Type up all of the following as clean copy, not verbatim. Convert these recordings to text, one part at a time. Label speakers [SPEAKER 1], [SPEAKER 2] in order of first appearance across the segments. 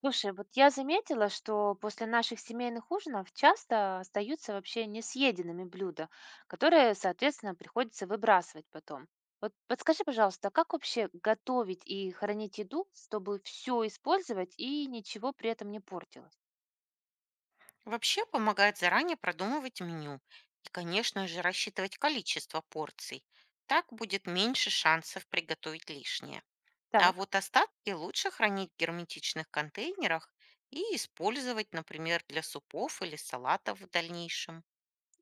[SPEAKER 1] Слушай, вот я заметила, что после наших семейных ужинов часто остаются вообще несъеденными блюда, которые, соответственно, приходится выбрасывать потом. Вот подскажи, пожалуйста, как вообще готовить и хранить еду, чтобы все использовать и ничего при этом не портилось?
[SPEAKER 2] Вообще помогает заранее продумывать меню и, конечно же, рассчитывать количество порций. Так будет меньше шансов приготовить лишнее. А
[SPEAKER 1] Так.
[SPEAKER 2] вот остатки лучше хранить в герметичных контейнерах и использовать, например, для супов или салатов в дальнейшем.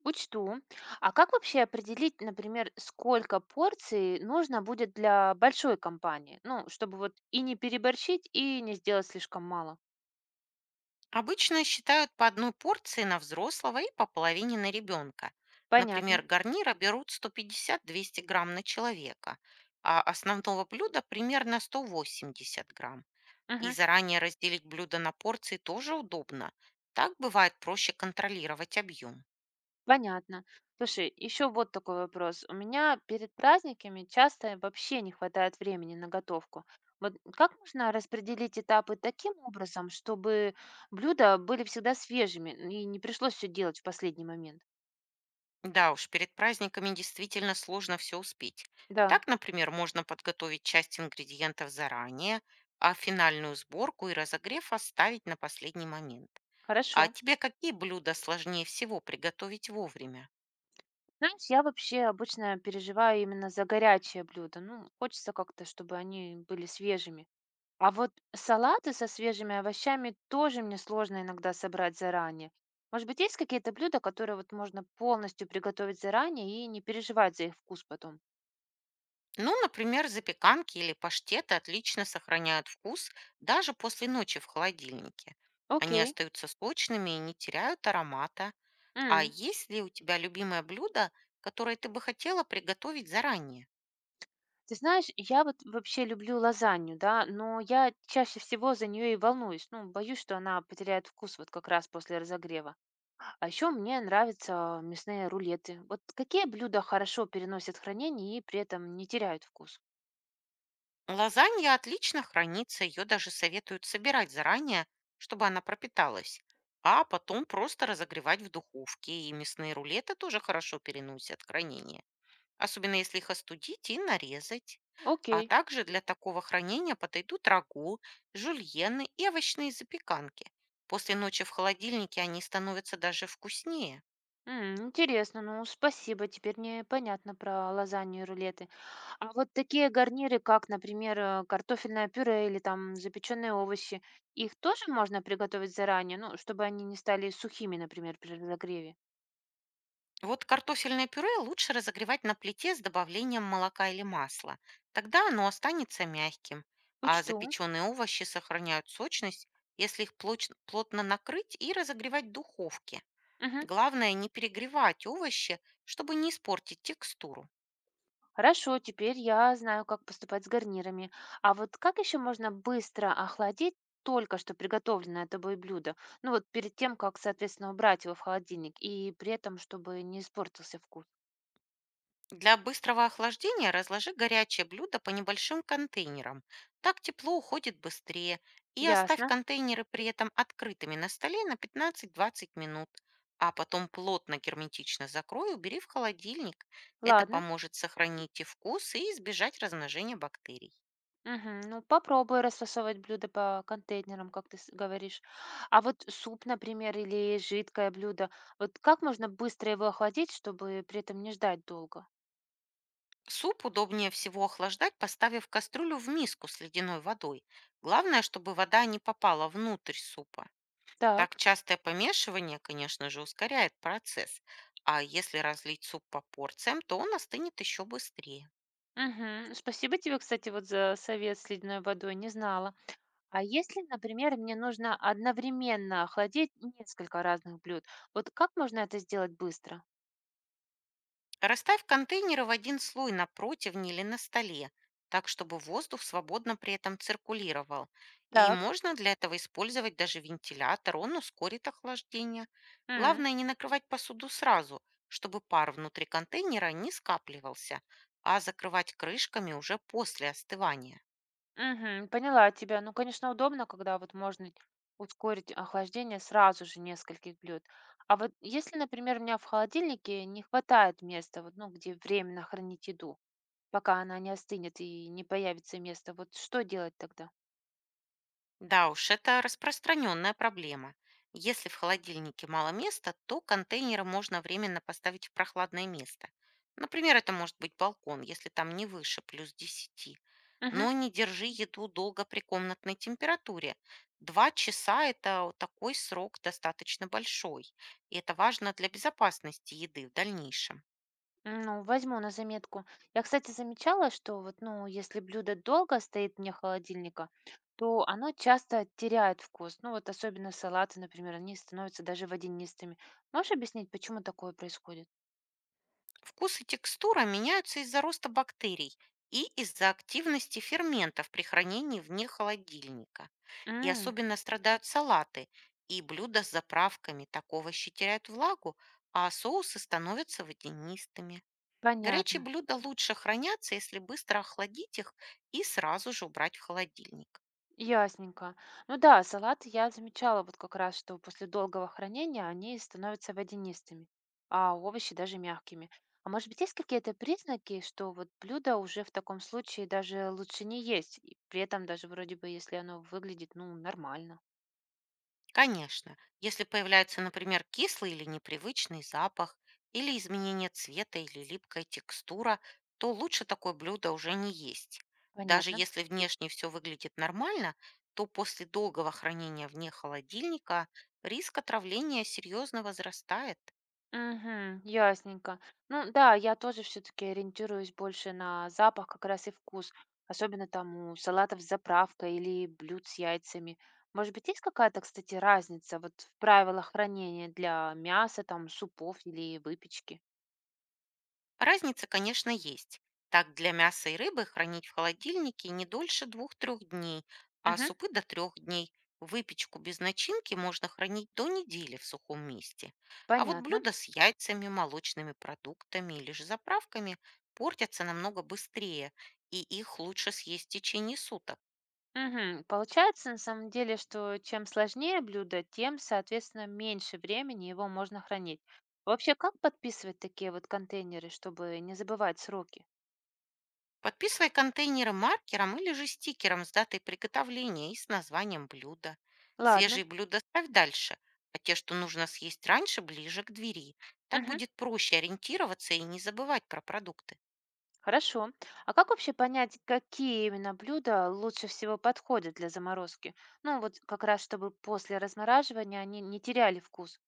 [SPEAKER 1] Учту. А как вообще определить, например, сколько порций нужно будет для большой компании? Ну, чтобы вот и не переборщить, и не сделать слишком мало.
[SPEAKER 2] Обычно считают по одной порции на взрослого и по половине на ребенка. Например,
[SPEAKER 1] Понятно.
[SPEAKER 2] гарнира берут 150-200 грамм на человека, а основного блюда примерно 180 грамм. И
[SPEAKER 1] Мгм.
[SPEAKER 2] заранее разделить блюдо на порции тоже удобно. Так бывает проще контролировать объем.
[SPEAKER 1] Понятно. Слушай, еще вот такой вопрос. У меня перед праздниками часто вообще не хватает времени на готовку. Вот как можно распределить этапы таким образом, чтобы блюда были всегда свежими и не пришлось все делать в последний момент?
[SPEAKER 2] Да уж, перед праздниками действительно сложно все успеть.
[SPEAKER 1] Да,
[SPEAKER 2] Так, например, можно подготовить часть ингредиентов заранее, а финальную сборку и разогрев оставить на последний момент. А
[SPEAKER 1] хорошо.
[SPEAKER 2] тебе какие блюда сложнее всего приготовить вовремя?
[SPEAKER 1] Знаешь, я вообще обычно переживаю именно за горячие блюда. Ну, хочется как-то, чтобы они были свежими. А вот салаты со свежими овощами тоже мне сложно иногда собрать заранее. Может быть, есть какие-то блюда, которые вот можно полностью приготовить заранее и не переживать за их вкус потом?
[SPEAKER 2] Ну, например, запеканки или паштеты отлично сохраняют вкус даже после ночи в холодильнике. Они
[SPEAKER 1] Окей.
[SPEAKER 2] остаются сочными и не теряют аромата. А
[SPEAKER 1] М.
[SPEAKER 2] есть ли у тебя любимое блюдо, которое ты бы хотела приготовить заранее?
[SPEAKER 1] Ты знаешь, я вот вообще люблю лазанью, да, но я чаще всего за нее и волнуюсь. Ну, боюсь, что она потеряет вкус вот как раз после разогрева. А еще мне нравятся мясные рулеты. Вот какие блюда хорошо переносят хранение и при этом не теряют вкус?
[SPEAKER 2] Лазанья отлично хранится, ее даже советуют собирать заранее, чтобы она пропиталась, а потом просто разогревать в духовке. И мясные рулеты тоже хорошо переносят хранение, особенно если их остудить и нарезать. А
[SPEAKER 1] Окей.
[SPEAKER 2] также для такого хранения подойдут рагу, жульены и овощные запеканки. После ночи в холодильнике они становятся даже вкуснее.
[SPEAKER 1] М, интересно, ну спасибо, теперь мне понятно про лазанью и рулеты. А вот такие гарниры, как, например, картофельное пюре или там запеченные овощи, их тоже можно приготовить заранее, ну, чтобы они не стали сухими, например, при разогреве?
[SPEAKER 2] Вот картофельное пюре лучше разогревать на плите с добавлением молока или масла. Тогда оно останется мягким, а
[SPEAKER 1] Учту.
[SPEAKER 2] запеченные овощи сохраняют сочность, если их плотно накрыть и разогревать в духовке.
[SPEAKER 1] Мгм.
[SPEAKER 2] Главное не перегревать овощи, чтобы не испортить текстуру.
[SPEAKER 1] Хорошо, теперь я знаю, как поступать с гарнирами. А вот как еще можно быстро охладить только что приготовленное тобой блюдо? Ну вот перед тем, как, соответственно, убрать его в холодильник, и при этом, чтобы не испортился вкус.
[SPEAKER 2] Для быстрого охлаждения разложи горячее блюдо по небольшим контейнерам. Так тепло уходит быстрее. И оставь
[SPEAKER 1] Ясно.
[SPEAKER 2] контейнеры при этом открытыми на столе на 15-20 минут. А потом плотно герметично закрой и убери в холодильник. Это
[SPEAKER 1] Ладно.
[SPEAKER 2] поможет сохранить и вкус, и избежать размножения бактерий.
[SPEAKER 1] Мгм. Ну, попробую расфасовывать блюдо по контейнерам, как ты говоришь. А вот суп, например, или жидкое блюдо, вот как можно быстро его охладить, чтобы при этом не ждать долго?
[SPEAKER 2] Суп удобнее всего охлаждать, поставив кастрюлю в миску с ледяной водой. Главное, чтобы вода не попала внутрь супа. Так
[SPEAKER 1] Так.
[SPEAKER 2] частое помешивание, конечно же, ускоряет процесс, а если разлить суп по порциям, то он остынет еще быстрее.
[SPEAKER 1] Мгм. Спасибо тебе, кстати, вот за совет с ледяной водой, не знала. А если, например, мне нужно одновременно охладить несколько разных блюд, вот как можно это сделать быстро?
[SPEAKER 2] Расставь контейнеры в один слой на противне или на столе, так чтобы воздух свободно при этом циркулировал. И
[SPEAKER 1] Так.
[SPEAKER 2] можно для этого использовать даже вентилятор, он ускорит охлаждение.
[SPEAKER 1] М.
[SPEAKER 2] Главное не накрывать посуду сразу, чтобы пар внутри контейнера не скапливался, а закрывать крышками уже после остывания.
[SPEAKER 1] Мгм. Поняла тебя. Ну, конечно, удобно, когда вот можно ускорить охлаждение сразу же нескольких блюд. А вот если, например, у меня в холодильнике не хватает места, вот, ну, где временно хранить еду, пока она не остынет и не появится место, вот что делать тогда?
[SPEAKER 2] Да уж, это распространенная проблема. Если в холодильнике мало места, то контейнеры можно временно поставить в прохладное место. Например, это может быть балкон, если там не выше плюс десяти.
[SPEAKER 1] Мгм.
[SPEAKER 2] Но не держи еду долго при комнатной температуре. Два часа — это вот такой срок достаточно большой. И это важно для безопасности еды в дальнейшем.
[SPEAKER 1] Ну, возьму на заметку. Я, кстати, замечала, что вот, ну, если блюдо долго стоит вне холодильника, то оно часто теряет вкус. Ну, вот особенно салаты, например, они становятся даже водянистыми. Можешь объяснить, почему такое происходит?
[SPEAKER 2] Вкус и текстура меняются из-за роста бактерий и из-за активности ферментов при хранении вне холодильника. И
[SPEAKER 1] М,
[SPEAKER 2] особенно страдают салаты, и блюда с заправками такого теряют влагу, а соусы становятся водянистыми. Горячие
[SPEAKER 1] понятно,
[SPEAKER 2] блюда лучше хранятся, если быстро охладить их и сразу же убрать в холодильник.
[SPEAKER 1] ясненько. Ну да, салаты я замечала вот как раз, что после долгого хранения они становятся водянистыми, а овощи даже мягкими. А может быть, есть какие-то признаки, что вот блюдо уже в таком случае даже лучше не есть, и при этом даже вроде бы, если оно выглядит, ну, нормально.
[SPEAKER 2] Конечно, если появляется, например, кислый или непривычный запах, или изменение цвета или липкая текстура, то лучше такое блюдо уже не есть. Даже
[SPEAKER 1] Понятно.
[SPEAKER 2] если внешне все выглядит нормально, то после долгого хранения вне холодильника риск отравления серьезно возрастает.
[SPEAKER 1] Угу, ясненько. Ну да, я тоже все-таки ориентируюсь больше на запах как раз и вкус, особенно там у салатов с заправкой или блюд с яйцами. Может быть, есть какая-то, кстати, разница вот в правилах хранения для мяса, там, супов или выпечки?
[SPEAKER 2] Разница, конечно, есть. Так, для мяса и рыбы хранить в холодильнике не дольше двух-трех дней, а
[SPEAKER 1] Мгм.
[SPEAKER 2] супы до трех дней. Выпечку без начинки можно хранить до недели в сухом месте. А вот
[SPEAKER 1] Понятно.
[SPEAKER 2] блюда с яйцами, молочными продуктами или же заправками портятся намного быстрее, и их лучше съесть в течение суток.
[SPEAKER 1] Мгм. Получается, на самом деле, что чем сложнее блюдо, тем, соответственно, меньше времени его можно хранить. Вообще, как подписывать такие вот контейнеры, чтобы не забывать сроки?
[SPEAKER 2] Подписывай контейнеры маркером или же стикером с датой приготовления и с названием блюда.
[SPEAKER 1] Ладно.
[SPEAKER 2] Свежие блюда ставь дальше, а те, что нужно съесть раньше, ближе к двери. Так
[SPEAKER 1] Мгм.
[SPEAKER 2] будет проще ориентироваться и не забывать про продукты.
[SPEAKER 1] Хорошо. А как вообще понять, какие именно блюда лучше всего подходят для заморозки? Ну, вот как раз, чтобы после размораживания они не теряли вкус.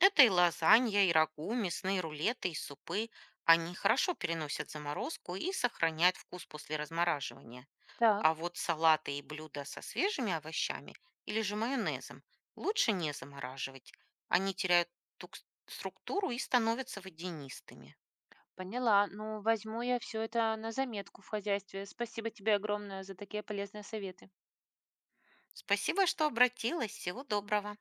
[SPEAKER 2] Это и лазанья, и рагу, мясные рулеты, и супы. Они хорошо переносят заморозку и сохраняют вкус после размораживания.
[SPEAKER 1] Так.
[SPEAKER 2] А вот салаты и блюда со свежими овощами или же майонезом лучше не замораживать. Они теряют тук- структуру и становятся водянистыми.
[SPEAKER 1] Поняла. Ну, возьму я все это на заметку в хозяйстве. Спасибо тебе огромное за такие полезные советы.
[SPEAKER 2] Спасибо, что обратилась. Всего доброго.